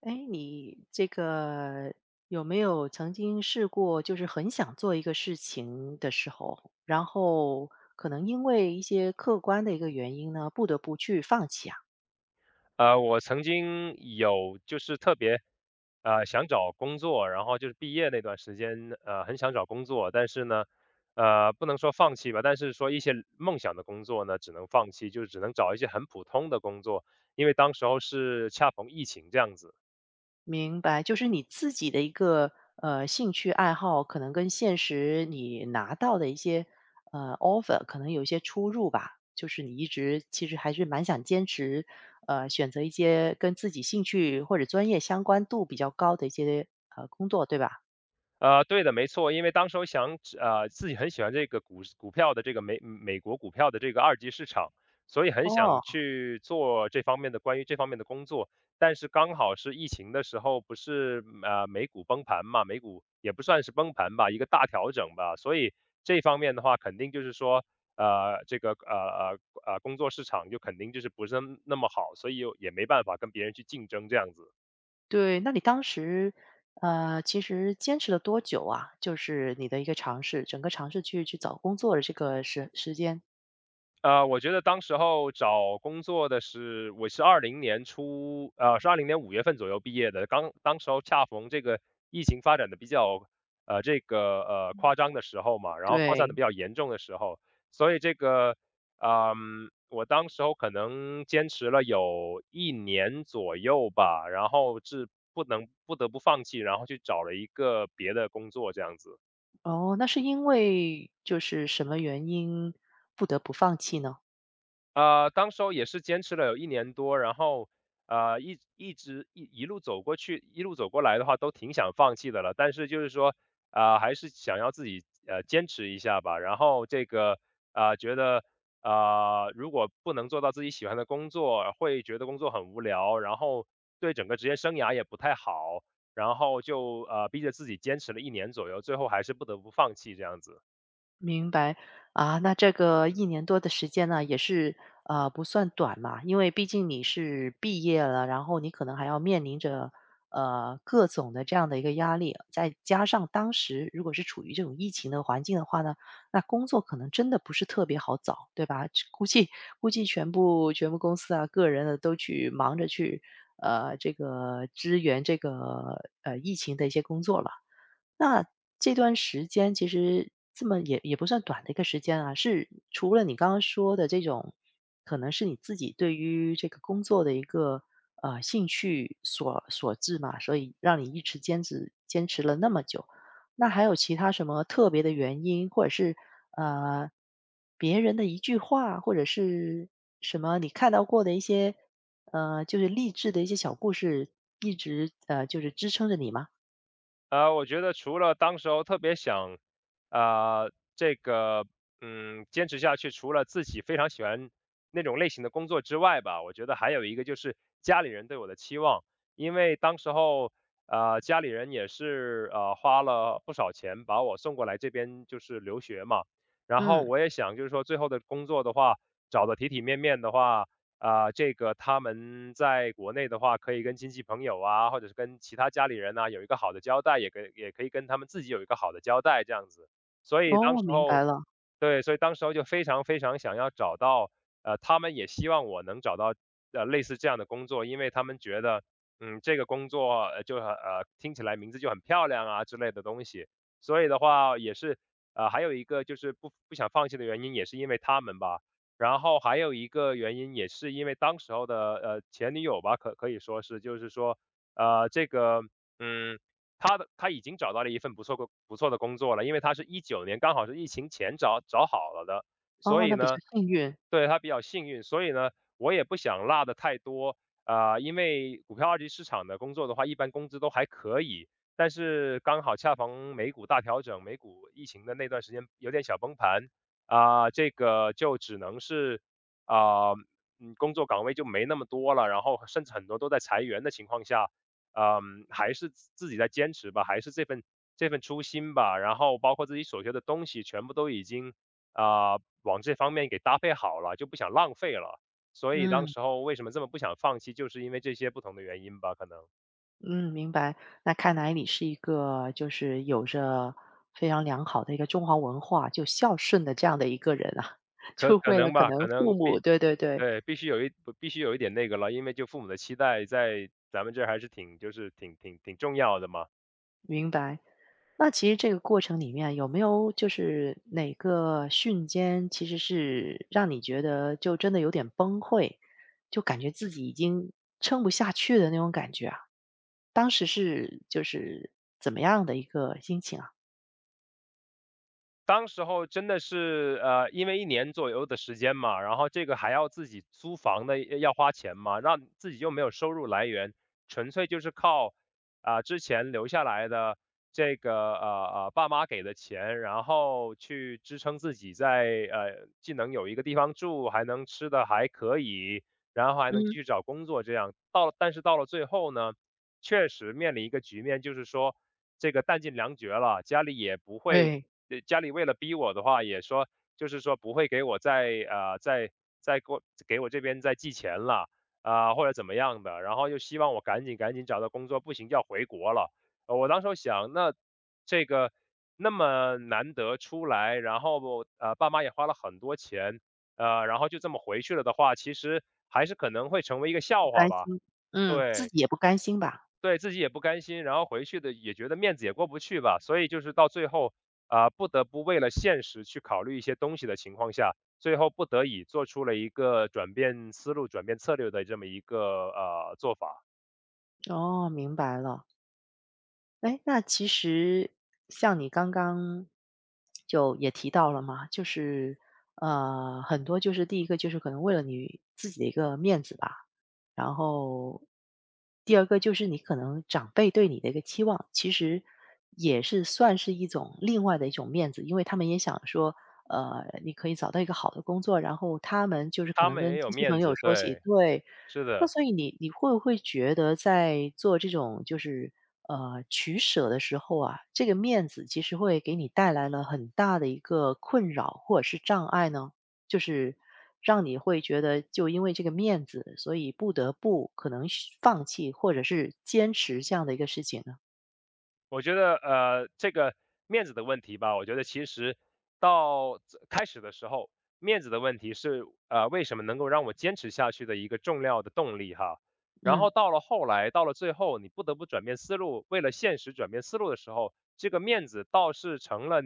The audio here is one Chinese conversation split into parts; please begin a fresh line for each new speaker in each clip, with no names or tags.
哎，你这个有没有曾经试过，就是很想做一个事情的时候，然后可能因为一些客观的一个原因呢，不得不去放弃啊？
我曾经有就是特别，想找工作，然后就是毕业那段时间，很想找工作，但是呢，不能说放弃吧，但是说一些梦想的工作呢，只能放弃，就只能找一些很普通的工作，因为当时候是恰逢疫情这样子。
明白，就是你自己的一个兴趣爱好，可能跟现实你拿到的一些呃 offer 可能有一些出入吧。就是你一直其实还是蛮想坚持，选择一些跟自己兴趣或者专业相关度比较高的一些工作，对吧？
对的，没错，因为当时我想，自己很喜欢这个股票的这个美国股票的这个二级市场，所以很想
哦，
去做这方面的关于这方面的工作。但是刚好是疫情的时候，不是美股崩盘嘛，美股也不算是崩盘吧，一个大调整吧，所以这方面的话，肯定就是说，这个工作市场就肯定就是不是那么好，所以又也没办法跟别人去竞争这样子。
对，那你当时，其实坚持了多久啊？就是你的一个尝试，整个尝试去找工作的这个时间。
我觉得当时候找工作的是我是20年初，是20年5月份左右毕业的，刚当时候恰逢这个疫情发展的比较，这个，夸张的时候嘛，然后扩散的
对，
比较严重的时候。所以这个，我当时候可能坚持了有一年左右吧，然后是不能不得不放弃，然后去找了一个别的工作这样子。
哦，那是因为就是什么原因不得不放弃呢？
当时候也是坚持了有一年多，然后，一直一路走过去一路走过来的话都挺想放弃的了，但是就是说，还是想要自己，坚持一下吧。然后这个，觉得，如果不能做到自己喜欢的工作，会觉得工作很无聊，然后对整个职业生涯也不太好，然后就，逼着自己坚持了一年左右，最后还是不得不放弃这样子。
明白啊，那这个一年多的时间呢，也是不算短嘛，因为毕竟你是毕业了，然后你可能还要面临着各种的这样的一个压力，再加上当时如果是处于这种疫情的环境的话呢，那工作可能真的不是特别好找，对吧？估计全部公司啊，个人的都去忙着去这个支援这个疫情的一些工作了。那这段时间其实这么也不算短的一个时间啊，是除了你刚刚说的这种，可能是你自己对于这个工作的一个兴趣所致嘛，所以让你一直坚持了那么久。那还有其他什么特别的原因，或者是呃别人的一句话，或者是什么你看到过的一些就是励志的一些小故事，一直就是支撑着你吗？
我觉得除了当时候特别想，这个，坚持下去，除了自己非常喜欢那种类型的工作之外吧，我觉得还有一个就是家里人对我的期望。因为当时候，家里人也是花了不少钱把我送过来这边就是留学嘛，然后
嗯。
我也想就是说最后的工作的话，找的体体面面的话，啊、这个他们在国内的话，可以跟亲戚朋友啊，或者是跟其他家里人呐、有一个好的交代，也可以跟他们自己有一个好的交代，这样子。所以当
哦，
时
明白
候
了。
对，所以当时候就非常非常想要找到，他们也希望我能找到，类似这样的工作，因为他们觉得，这个工作，就很听起来名字就很漂亮啊之类的东西。所以的话也是，还有一个就是不想放弃的原因也是因为他们吧，然后还有一个原因也是因为当时候的，前女友吧，可以说是，就是说，这个，嗯。他已经找到了一份不错的工作了，因为他是19年刚好是疫情前找好了的，所
哦，
以
那比较
呢，
幸运。
对他比较幸运，所以呢，我也不想落的太多。啊、因为股票二级市场的工作的话，一般工资都还可以，但是刚好恰逢美股大调整，美股疫情的那段时间有点小崩盘，啊、这个就只能是，啊、工作岗位就没那么多了，然后甚至很多都在裁员的情况下。还是自己在坚持吧，还是这份初心吧，然后包括自己所学的东西，全部都已经，啊、往这方面给搭配好了，就不想浪费了。所以当
嗯
时候为什么这么不想放弃，就是因为这些不同的原因吧，可能
嗯，明白。那看来你是一个就是有着非常良好的一个中华文化，就孝顺的这样的一个人啊，
可
就
可
为了
能
可
吧，
能
可
父
能
母，对对对，
对，必须有一点那个了，因为就父母的期待在咱们这儿还是挺就是挺重要的嘛。
明白。那其实这个过程里面有没有就是哪个瞬间，其实是让你觉得就真的有点崩溃，就感觉自己已经撑不下去的那种感觉啊？当时是就是怎么样的一个心情啊？
当时候真的是，因为一年左右的时间嘛，然后这个还要自己租房的，要花钱嘛，让自己又没有收入来源，纯粹就是靠，啊，之前留下来的这个，爸妈给的钱，然后去支撑自己在，既能有一个地方住，还能吃的还可以，然后还能继
嗯，
续找工作这样。但是到了最后呢，确实面临一个局面，就是说这个弹尽粮绝了，家里也不会
对，
呃，家里为了逼我的话，也说就是说不会给我再，再给我这边再寄钱了，啊，或者怎么样的，然后又希望我赶紧赶紧找到工作，不行就要回国了。我当时候想，那这个那么难得出来，然后，爸妈也花了很多钱，然后就这么回去了的话，其实还是可能会成为一个
不
笑话
甘
吧。
心，嗯，自
对。
己也不甘心吧。
对，自己也不甘心，然后回去的也觉得面子也过不去吧，所以就是到最后，啊、不得不为了现实去考虑一些东西的情况下，最后不得已做出了一个转变思路、转变策略的这么一个做法。
哦，明白了。哎，那其实像你刚刚就也提到了嘛，就是很多就是第一个就是可能为了你自己的一个面子吧，然后第二个就是你可能长辈对你的一个期望，其实也是算是一种另外的一种面子，因为他们也想说，你可以找到一个好的工作，然后他们就是可
他
能
们也
跟
有
亲戚朋
面
友
子，
说起，
对，
对，
是
那
的。
所以你会不会觉得在做这种就是取舍的时候啊，这个面子其实会给你带来了很大的一个困扰或者是障碍呢？就是让你会觉得就因为这个面子，所以不得不可能是放弃或者是坚持这样的一个事情呢？
我觉得，这个面子的问题吧，我觉得其实到这开始的时候，面子的问题是，为什么能够让我坚持下去的一个重要的动力哈。然
嗯，
后到了后来，到了最后，你不得不转变思路，为了现实转变思路的时候，这个面子倒是成了，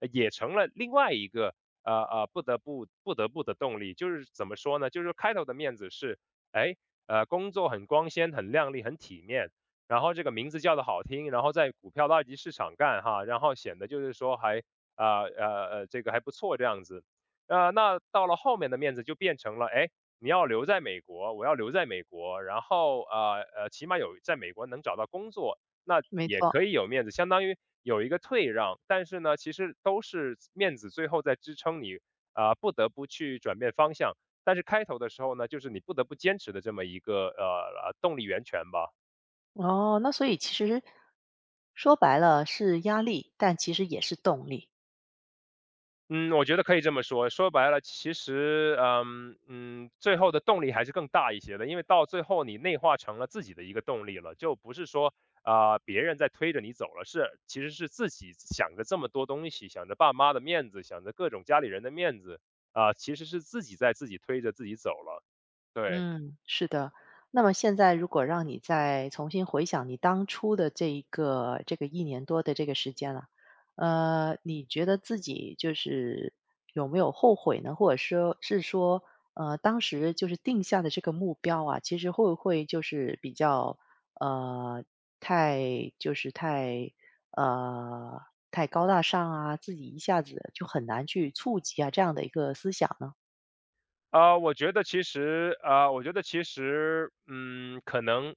也成了另外一个，不得不的动力。就是怎么说呢？就是开头的面子是，哎，工作很光鲜、很亮丽、很体面。然后这个名字叫的好听，然后在股票的二级市场干哈，然后显得就是说还啊这个还不错这样子。那到了后面的面子就变成了，哎，你要留在美国，我要留在美国，然后起码有在美国能找到工作，那
没
也可
错。
以有面子，相当于有一个退让。但是呢，其实都是面子最后在支撑你，啊、不得不去转变方向。但是开头的时候呢，就是你不得不坚持的这么一个动力源泉吧。
哦，那所以其实说白了是压力，但其实也是动力。
嗯，我觉得可以这么说。说白了，其实，最后的动力还是更大一些的，因为到最后你内化成了自己的一个动力了，就不是说，啊、别人在推着你走了，是其实是自己想着这么多东西，想着爸妈的面子，想着各种家里人的面子，啊、其实是自己在自己推着自己走了。对。
嗯，是的。那么现在如果让你再重新回想你当初的这一个这个一年多的这个时间了，你觉得自己就是有没有后悔呢？或者说是说，当时就是定下的这个目标啊，其实会不会就是比较，呃，太就是太呃，太高大上啊，自己一下子就很难去触及啊，这样的一个思想呢？
我觉得其实，可能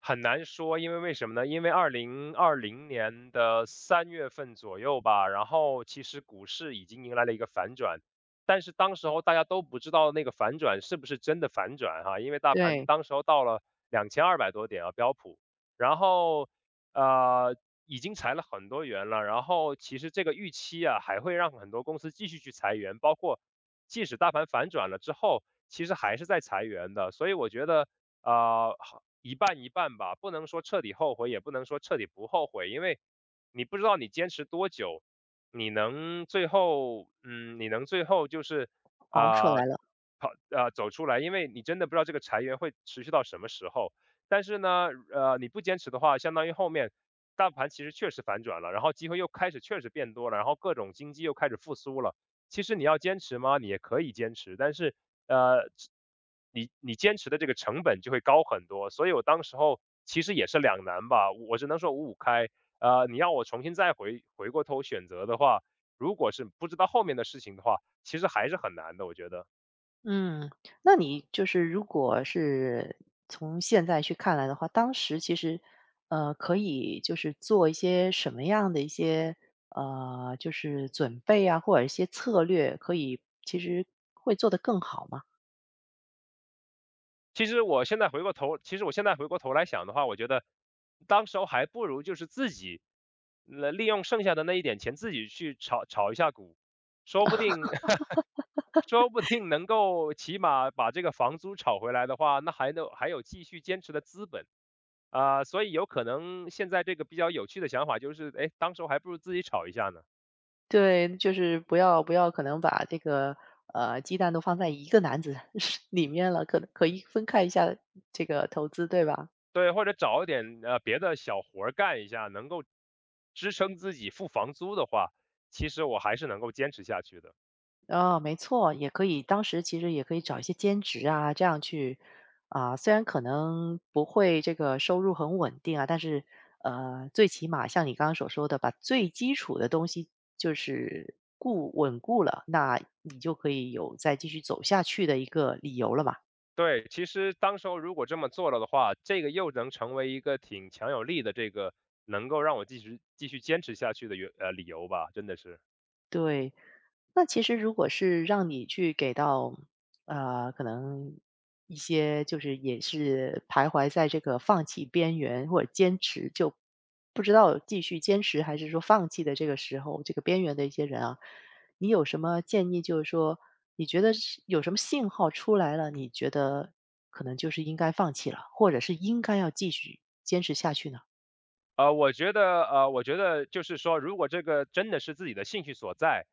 很难说，因为为什么呢？因为2020年的3月份左右吧，然后其实股市已经迎来了一个反转，但是当时候大家都不知道那个反转是不是真的反转哈，因为大盘
对。
当时候到了2200多点啊，标普，然后呃已经裁了很多员了，然后其实这个预期啊还会让很多公司继续去裁员，包括即使大盘反转了之后，其实还是在裁员的，所以我觉得。啊，好一半一半吧，不能说彻底后悔，也不能说彻底不后悔，因为你不知道你坚持多久，你能最后就是
熬出
啊、
来
呃
了。
跑啊走出来，因为你真的不知道这个裁员会持续到什么时候。但是呢，你不坚持的话，相当于后面大盘其实确实反转了，然后机会又开始确实变多了，然后各种经济又开始复苏了。其实你要坚持吗？你也可以坚持，但是，呃，你坚持的这个成本就会高很多，所以我当时候其实也是两难吧，我只能说五五开。你要我重新再回过头选择的话，如果是不知道后面的事情的话，其实还是很难的，我觉得。
嗯，那你就是如果是从现在去看来的话，当时其实，可以就是做一些什么样的一些就是准备啊，或者一些策略，可以其实会做得更好吗？
其实我现在回过头来想的话，我觉得当时候还不如就是自己，那利用剩下的那一点钱自己去炒炒一下股，说不定 说不定能够起码把这个房租炒回来的话，那还有继续坚持的资本。啊，所以有可能现在这个比较有趣的想法就是，哎，当时候还不如自己炒一下呢，
对，就是不要可能把这个鸡蛋都放在一个篮子 里面了，可以分开一下这个投资，对吧？
对，或者找一点别的小活儿干一下，能够支撑自己付房租的话，其实我还是能够坚持下去的。
哦，没错，也可以当时其实也可以找一些兼职啊，这样去啊，虽然可能不会这个收入很稳定啊，但是，最起码像你刚刚所说的，把最基础的东西就是稳固了，那你就可以有再继续走下去的一个理由了嘛。
对，其实当时候如果这么做了的话，这个又能成为一个挺强有力的这个能够让我继续坚持下去的理由吧，真的是。
对，那其实如果是让你去给到，可能一些就是也是徘徊在这个放弃边缘或者坚持就不知道继续坚持还是说放弃的这个时候，这个边缘的一些人啊，你有什么建议？就是说，你觉得是有什么信号出来了？你觉得可能就是应该放弃了，或者是应该要继续坚持下去呢？
我觉得就是说，如果这个真的是自己的兴趣所在，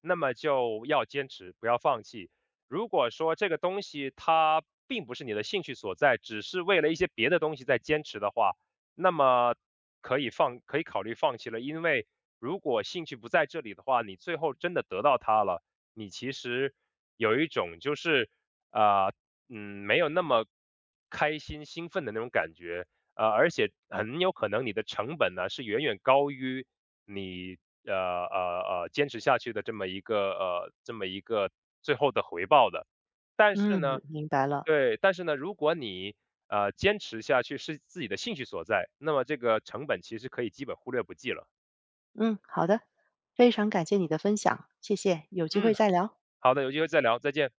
那么就要坚持，不要放弃。如果说这个东西它并不是你的兴趣所在，只是为了一些别的东西在坚持的话，那么可以考虑放弃了。因为如果兴趣不在这里的话，你最后真的得到它了，你其实有一种就是，啊，嗯，没有那么开心兴奋的那种感觉，而且很有可能你的成本呢是远远高于你坚持下去的这么一个最后的回报的。但是
嗯，
呢，
明白了。
对，但是呢，如果你坚持下去是自己的兴趣所在，那么这个成本其实可以基本忽略不计了。
嗯，好的，非常感谢你的分享，谢谢，有机
嗯，
会再聊。
好的，有机会再聊，再见。